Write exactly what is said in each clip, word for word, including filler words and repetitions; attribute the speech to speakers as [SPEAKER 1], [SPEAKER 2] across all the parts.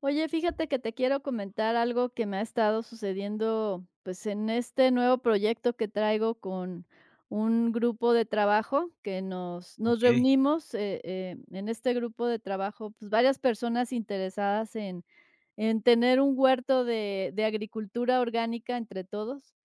[SPEAKER 1] Oye, fíjate que te quiero comentar algo que me ha estado sucediendo, pues, en este nuevo proyecto que traigo con un grupo de trabajo que nos nos
[SPEAKER 2] Okey,
[SPEAKER 1] reunimos, eh, eh, en este grupo de trabajo, pues, varias personas interesadas en en tener un huerto de de agricultura orgánica entre todos.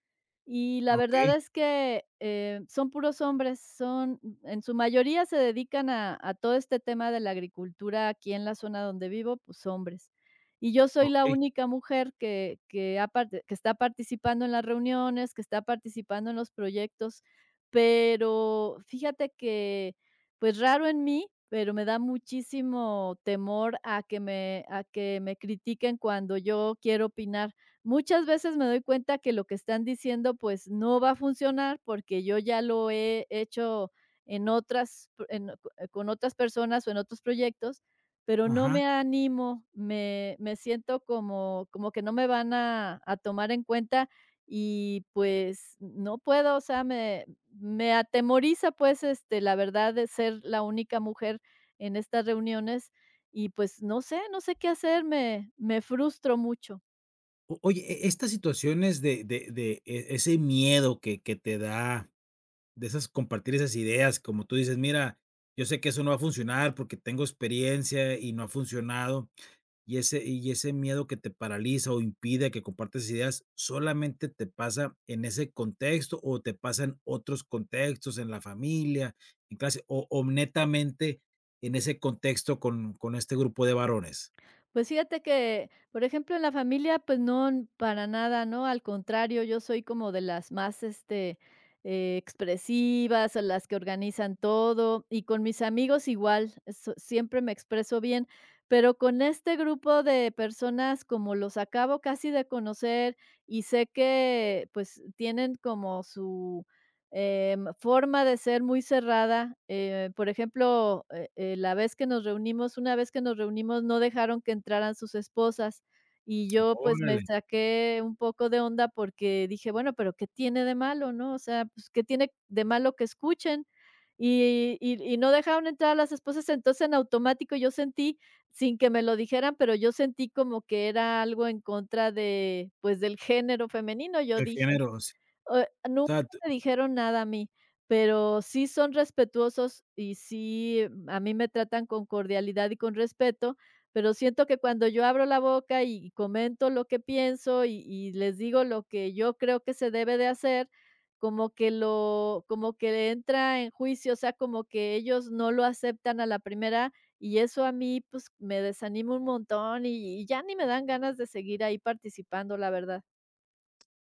[SPEAKER 1] Y la
[SPEAKER 2] okey,
[SPEAKER 1] verdad es que, eh, son puros hombres, son en su mayoría se dedican a a todo este tema de la agricultura aquí en la zona donde vivo, pues, hombres. Y yo soy la
[SPEAKER 2] okey,
[SPEAKER 1] única mujer que que ha parte que está participando en las reuniones, que está participando en los proyectos, pero fíjate que, pues, raro en mí, pero me da muchísimo temor a que me a que me critiquen cuando yo quiero opinar. Muchas veces me doy cuenta que lo que están diciendo, pues, no va a funcionar porque yo ya lo he hecho en otras pr- en eh, con otras personas o en otros proyectos, pero no
[SPEAKER 2] ajá.
[SPEAKER 1] me animo, me me siento como como que no me van a a tomar en cuenta y, pues, no puedo, o sea, me me atemoriza, pues, este, la verdad de ser la única mujer en estas reuniones y, pues, no sé no sé qué hacer, me me frustro mucho.
[SPEAKER 2] O oye, e estas situaciones de de de e ese miedo que que te da, de esas compartir esas ideas, como tú dices: "Mira, yo sé que eso no va a funcionar porque tengo experiencia y no ha funcionado", y ese y ese miedo que te paraliza o impide que compartas ideas, ¿solamente te pasa en ese contexto o te pasa en otros contextos, en la familia, en clase, o o netamente en ese contexto con con este grupo de varones?
[SPEAKER 1] Pues fíjate que, por ejemplo, en la familia, pues no, n- para nada, ¿no? Al contrario, yo soy como de las más, este, eh, expresivas, a las que organizan todo, y con mis amigos igual, so- siempre me expreso bien, pero con este grupo de personas, como los acabo casi de conocer y sé que, pues, tienen como su... em, forma de ser muy cerrada. eh, por ejemplo, eh, eh, la vez que nos reunimos, una vez que nos reunimos, no dejaron que entraran sus esposas. Y yo, pues, me
[SPEAKER 2] Órale.
[SPEAKER 1] saqué un poco de onda porque dije: "Bueno, pero, ¿qué tiene de malo?", ¿no? O sea, pues, ¿qué tiene de malo que escuchen? Y y y no dejaron entrar a las esposas, entonces, en automático yo sentí, sin que me lo dijeran, pero yo sentí como que era algo en contra de, pues, del género femenino, yo
[SPEAKER 2] El
[SPEAKER 1] dije.
[SPEAKER 2] género, sí.
[SPEAKER 1] Eh,
[SPEAKER 2] O
[SPEAKER 1] nunca
[SPEAKER 2] sea,
[SPEAKER 1] me dijeron nada a mí, pero sí son respetuosos y sí, mm, a mí me tratan con cordialidad y con respeto, pero siento que cuando yo abro la boca y comento lo que pienso y y les digo lo que yo creo que se debe de hacer, como que lo como que entra en juicio, o sea, como que ellos no lo aceptan a la primera, y eso a mí, pues, me desanima un montón y y ya ni me dan ganas de seguir ahí participando, la verdad.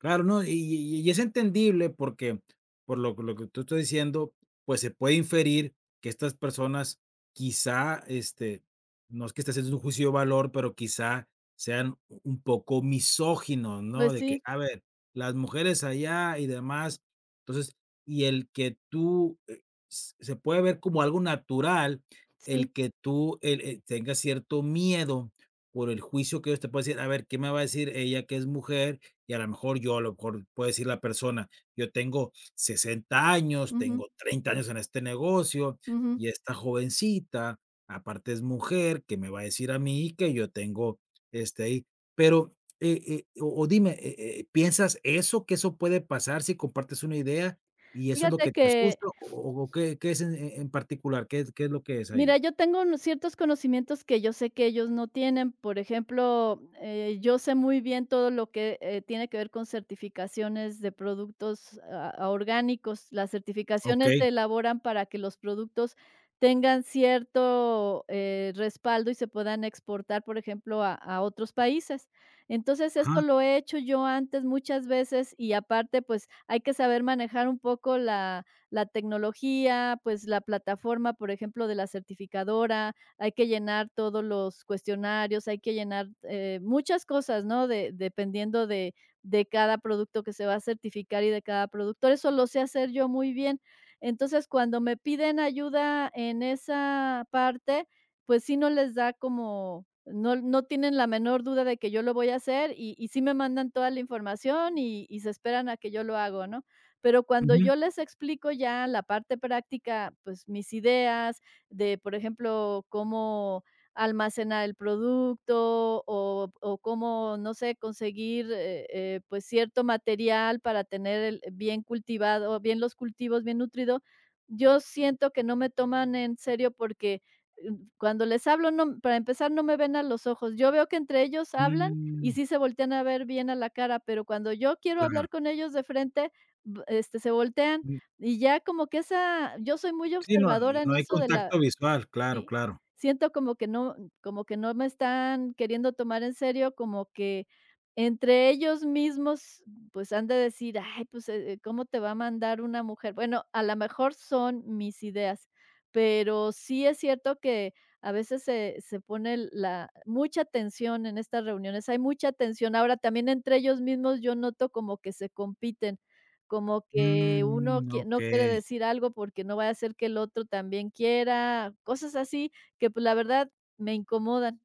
[SPEAKER 2] claro, no, y y y es entendible porque, por lo lo que tú estás diciendo, pues, se puede inferir que estas personas quizá, este, no es que esté haciendo un juicio de valor, pero quizá sean u un poco misóginos, ¿no?
[SPEAKER 1] Pues
[SPEAKER 2] De que,
[SPEAKER 1] sí,
[SPEAKER 2] a ver, las mujeres allá y demás. Entonces, y el que tú, eh, s se puede ver como algo natural el
[SPEAKER 1] sí.
[SPEAKER 2] que tú, el eh, tengas cierto miedo por el juicio que ellos te pueden decir, a ver, ¿qué me va a decir ella que es mujer? Y a lo mejor yo, a lo mejor puede decir la persona, yo tengo sesenta años,
[SPEAKER 1] Ujú.
[SPEAKER 2] tengo treinta años en este negocio
[SPEAKER 1] Ujú.
[SPEAKER 2] y esta jovencita, aparte es mujer, que me va a decir a mí que yo tengo este ahí. Pero, eh eh, o o dime, eh eh, ¿piensas eso, que eso puede pasar si compartes una idea y eso es lo
[SPEAKER 1] Fíjate
[SPEAKER 2] que te
[SPEAKER 1] que,
[SPEAKER 2] asusta o o o qué qué es en en en particular? ¿Qué es- ¿qué es lo que es ahí?
[SPEAKER 1] mira, yo tengo unos ciertos conocimientos que yo sé que ellos no tienen. Por ejemplo, eh, yo sé muy bien todo lo que eh, tiene que ver con certificaciones de productos ah, ah, orgánicos. Las certificaciones
[SPEAKER 2] Okey,
[SPEAKER 1] se elaboran para que los productos tengan cierto eh, respaldo y se puedan exportar, por ejemplo, a, a otros países. Entonces,
[SPEAKER 2] ajá,
[SPEAKER 1] esto lo he hecho yo antes muchas veces y aparte, pues hay que saber manejar un poco la la tecnología, pues la plataforma, por ejemplo, de la certificadora, hay que llenar todos los cuestionarios, hay que llenar eh, muchas cosas, ¿no? De, dependiendo de, de cada producto que se va a certificar y de cada productor. Eso lo sé hacer yo muy bien. Entonces, cuando me piden ayuda en esa parte, pues sí no les da como, no, no tienen la menor duda de que yo lo voy a hacer y, y sí me mandan toda la información y, y se esperan a que yo lo hago, ¿no? Pero cuando
[SPEAKER 2] ujú,
[SPEAKER 1] yo les explico ya la parte práctica, pues mis ideas de, por ejemplo, cómo almacenar el producto o o cómo, no sé, conseguir, eh eh, pues cierto material para tener el bien cultivado, bien los cultivos, bien nutrido, yo siento que no me toman en serio porque, mm, cuando les hablo, no para empezar, no me ven a los ojos. Yo veo que entre ellos hablan y
[SPEAKER 2] mm,
[SPEAKER 1] sí se voltean a ver bien a la cara, pero cuando yo quiero
[SPEAKER 2] claro,
[SPEAKER 1] hablar con ellos de frente, B este, se voltean,
[SPEAKER 2] mm,
[SPEAKER 1] y ya como que esa yo soy muy
[SPEAKER 2] sí, no
[SPEAKER 1] observadora
[SPEAKER 2] no
[SPEAKER 1] en
[SPEAKER 2] hay
[SPEAKER 1] eso de la
[SPEAKER 2] contacto visual, claro,
[SPEAKER 1] sí,
[SPEAKER 2] claro.
[SPEAKER 1] siento como que no como que no me están queriendo tomar en serio, como que entre ellos mismos, pues, han de decir: "Ay, pues, eh, eh, ¿cómo te va a mandar una mujer?". Bueno, a lo mejor son mis ideas, pero sí es cierto que a veces se se pone la mucha tensión en estas reuniones, hay mucha tensión. Ahora, también entre ellos mismos yo noto como que se compiten. Como que uno
[SPEAKER 2] Mm,
[SPEAKER 1] quie no quiere
[SPEAKER 2] okey,
[SPEAKER 1] decir algo porque no vaya a ser que el otro también quiera, cosas así que, pues, la verdad me incomodan.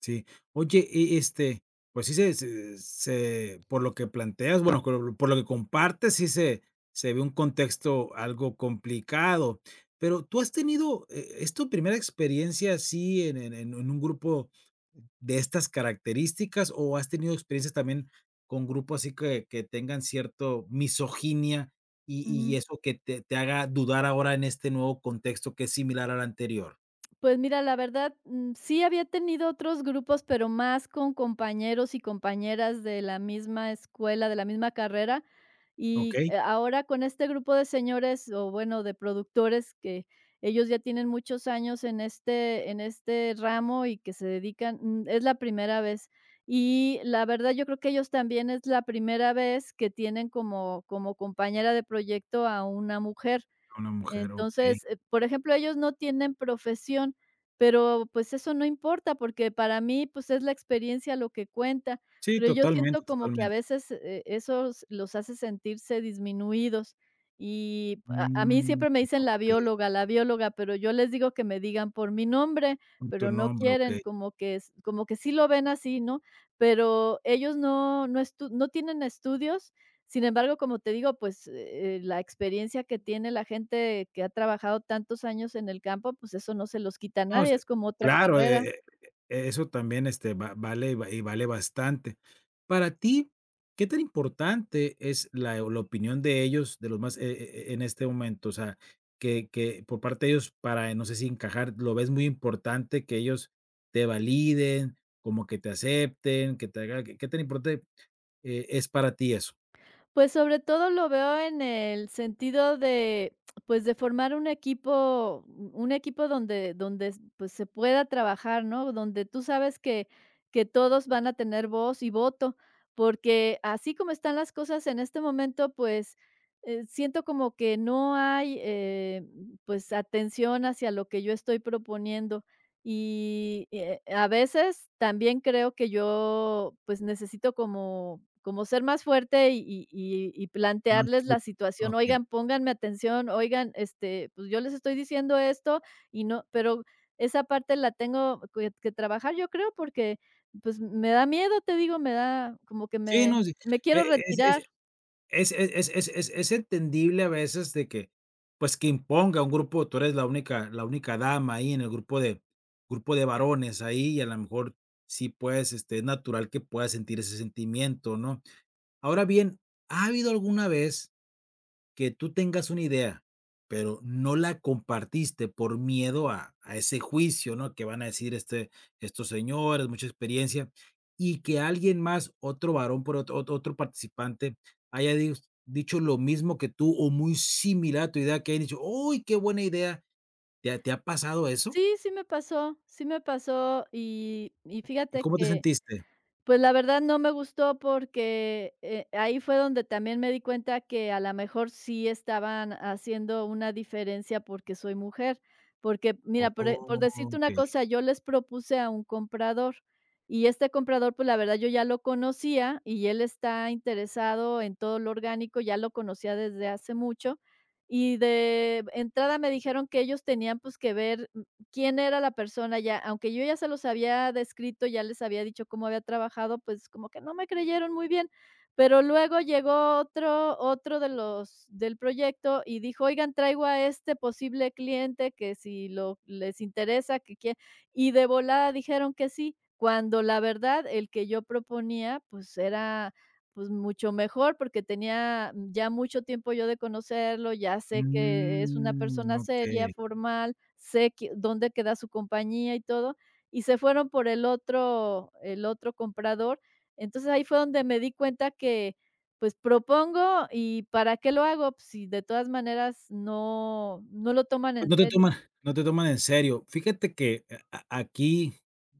[SPEAKER 2] sí. Oye, y, este, pues sí se se se por lo que planteas, bueno, por lo por lo que compartes, sí se se ve un contexto algo complicado. Pero, ¿tú has tenido, eh, es tu primera experiencia así en en en un grupo de estas características, o has tenido experiencias también con grupos así que que tengan cierto misoginia y y eso que te te haga dudar ahora en este nuevo contexto que es similar al anterior?
[SPEAKER 1] Pues mira, la verdad, mm, sí había tenido otros grupos, pero más con compañeros y compañeras de la misma escuela, de la misma carrera. Y
[SPEAKER 2] ¿Okey?
[SPEAKER 1] eh, ahora con este grupo de señores o bueno, de productores que ellos ya tienen muchos años en este, en este ramo y que se dedican, mm, es la primera vez. Y la verdad, yo creo que ellos también es la primera vez que tienen como, como compañera de proyecto a una mujer.
[SPEAKER 2] Una mujer, okey.
[SPEAKER 1] Entonces, eh, por ejemplo, ellos no tienen profesión, pero, pues, eso no importa, porque para mí, pues, es la experiencia lo que cuenta,
[SPEAKER 2] Sí,
[SPEAKER 1] pero yo siento
[SPEAKER 2] totalmente,
[SPEAKER 1] como que a
[SPEAKER 2] totalmente.
[SPEAKER 1] veces, eh, eso s- los hace sentirse disminuidos, y a a mí
[SPEAKER 2] Mm,
[SPEAKER 1] siempre me dicen la
[SPEAKER 2] okey,
[SPEAKER 1] bióloga, la bióloga, pero yo les digo que me digan por mi nombre,
[SPEAKER 2] por tu
[SPEAKER 1] pero no
[SPEAKER 2] nombre,
[SPEAKER 1] quieren,
[SPEAKER 2] okey.
[SPEAKER 1] como que s como que sí lo ven así, ¿no? Pero ellos no no estu no tienen estudios, sin embargo, como te digo, pues, eh, la experiencia que tiene la gente que ha trabajado tantos años en el campo, pues, eso no se los quita a
[SPEAKER 2] No,
[SPEAKER 1] nadie,
[SPEAKER 2] sí,
[SPEAKER 1] es como otra
[SPEAKER 2] claro, eh
[SPEAKER 1] carrera.
[SPEAKER 2] eh eh, eso también, este, va vale y va- y vale bastante. Para ti, ¿qué tan importante es la la opinión de ellos, de los más, eh eh, eh, en este momento? O sea, que que por parte de ellos para, eh, no sé si encajar, ¿lo ves muy importante que ellos te validen, como que te acepten, que te haga qué qué tan importante, eh, es para ti eso?
[SPEAKER 1] Pues, sobre todo lo veo en el sentido de, pues, de formar un equipo un equipo donde donde, s- pues, se pueda trabajar, ¿no? Donde tú sabes que que todos van a tener voz y voto, porque así como están las cosas en este momento, pues, eh, siento como que no hay, eh, pues, atención hacia lo que yo estoy proponiendo. Y, eh, a veces también creo que yo, pues, necesito como como ser más fuerte y y y y
[SPEAKER 2] Más
[SPEAKER 1] plantearles
[SPEAKER 2] que
[SPEAKER 1] la situación:
[SPEAKER 2] okey.
[SPEAKER 1] "Oigan, pónganme atención, oigan, este, pues, yo les estoy diciendo esto y no", pero esa parte la tengo que que trabajar, yo creo, porque, pues, me da miedo, te digo, me da como que
[SPEAKER 2] Sí, no,
[SPEAKER 1] me
[SPEAKER 2] sí.
[SPEAKER 1] me
[SPEAKER 2] E
[SPEAKER 1] quiero
[SPEAKER 2] es
[SPEAKER 1] retirar.
[SPEAKER 2] es es es es es es entendible a veces de que, pues, que imponga un grupo, tú eres la única la única dama ahí en el grupo de grupo de varones ahí, y a lo mejor sí puedes, este, es natural que puedas sentir ese sentimiento, ¿no? Ahora bien, ¿ha habido alguna vez que tú tengas una idea, pero no la compartiste por miedo a a ese juicio, ¿no? Que van a decir, este, estos señores, mucha experiencia, y que alguien más, otro varón, por otro otro otro participante, haya dis dicho lo mismo que tú o muy similar a tu idea, que hayan dicho: "Uy, qué buena idea", ¿te ha te ha pasado eso?
[SPEAKER 1] Sí, sí me pasó, sí me pasó y y
[SPEAKER 2] ¿Y
[SPEAKER 1] fíjate
[SPEAKER 2] cómo te
[SPEAKER 1] que
[SPEAKER 2] sentiste?
[SPEAKER 1] pues, la verdad no me gustó porque, eh, ahí fue donde también me di cuenta que a lo mejor sí estaban haciendo una diferencia porque soy mujer, porque mira, por e por decirte una
[SPEAKER 2] Okey,
[SPEAKER 1] cosa, yo les propuse a un comprador, y este comprador, pues, la verdad yo ya lo conocía, y él está interesado en todo lo orgánico, ya lo conocía desde hace mucho, y de entrada me dijeron que ellos tenían, pues, que ver quién era la persona ya, aunque yo ya se los había descrito, ya les había dicho cómo había trabajado, pues como que no me creyeron muy bien. Pero luego llegó otro, otro de los del proyecto y dijo, oigan, traigo a este posible cliente que si lo les interesa, que quie-". Y de volada dijeron que sí, cuando la verdad el que yo proponía, pues era pues mucho mejor porque tenía ya mucho tiempo yo de conocerlo, ya sé que es una
[SPEAKER 2] mm,
[SPEAKER 1] persona
[SPEAKER 2] okey.
[SPEAKER 1] seria, formal, sé que dónde queda su compañía y todo, y se fueron por el otro el otro comprador. Entonces, ahí fue donde me di cuenta que, pues, propongo, ¿y para qué lo hago? Pues, si de todas maneras no no lo toman en
[SPEAKER 2] No te
[SPEAKER 1] serio.
[SPEAKER 2] toman no te toman en serio. Fíjate que a a aquí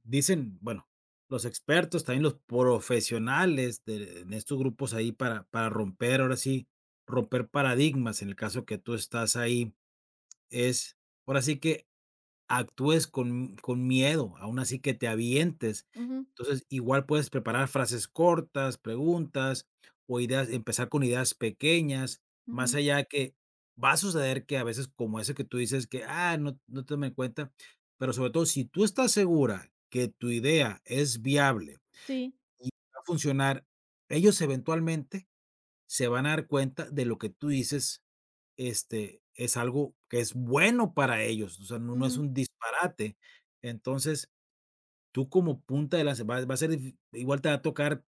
[SPEAKER 2] dicen, bueno, los expertos, también los profesionales de en estos grupos ahí para para romper, ahora sí, romper paradigmas, en el caso que tú estás ahí, es, ahora sí que actúes con con miedo, aún así que te avientes.
[SPEAKER 1] Ujú,
[SPEAKER 2] Entonces, igual puedes preparar frases cortas, preguntas o ideas empezar con ideas pequeñas, más
[SPEAKER 1] ujú.
[SPEAKER 2] allá que va a suceder que a veces, como ese que tú dices que: "Ah, no no te me cuenta", pero sobre todo, si tú estás segura que tu idea es viable
[SPEAKER 1] Sí,
[SPEAKER 2] y va a funcionar, ellos eventualmente se van a dar cuenta de lo que tú dices este, es algo que es bueno para ellos, o sea, no no es
[SPEAKER 1] ujú.
[SPEAKER 2] un disparate. Entonces, tú como punta de lanza va va a ser dif igual te va a tocar,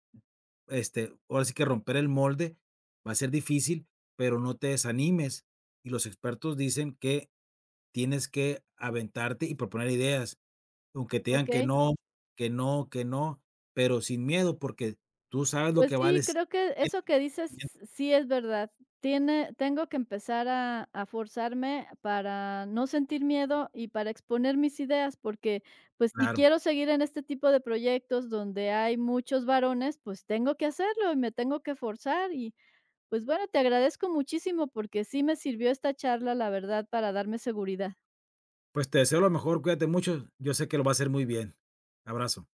[SPEAKER 2] este, ahora sí que romper el molde, va a ser difícil, pero no te desanimes. Y los expertos dicen que tienes que aventarte y proponer ideas, aunque te digan que
[SPEAKER 1] Okey.
[SPEAKER 2] no, que no, que no, pero sin miedo, porque tú sabes lo
[SPEAKER 1] Pues
[SPEAKER 2] que
[SPEAKER 1] sí,
[SPEAKER 2] vales,
[SPEAKER 1] creo que
[SPEAKER 2] tienes
[SPEAKER 1] eso
[SPEAKER 2] el
[SPEAKER 1] que dices
[SPEAKER 2] conocimiento.
[SPEAKER 1] sí es verdad. Tiene Tengo que empezar a a forzarme para no sentir miedo y para exponer mis ideas, porque, pues, si
[SPEAKER 2] Claro.
[SPEAKER 1] quiero seguir en este tipo de proyectos donde hay muchos varones, pues, tengo que hacerlo y me tengo que forzar y, pues, bueno, te agradezco muchísimo porque sí me sirvió esta charla, la verdad, para darme seguridad.
[SPEAKER 2] Pues te deseo lo mejor, cuídate mucho, yo sé que lo va a hacer muy bien. Abrazo.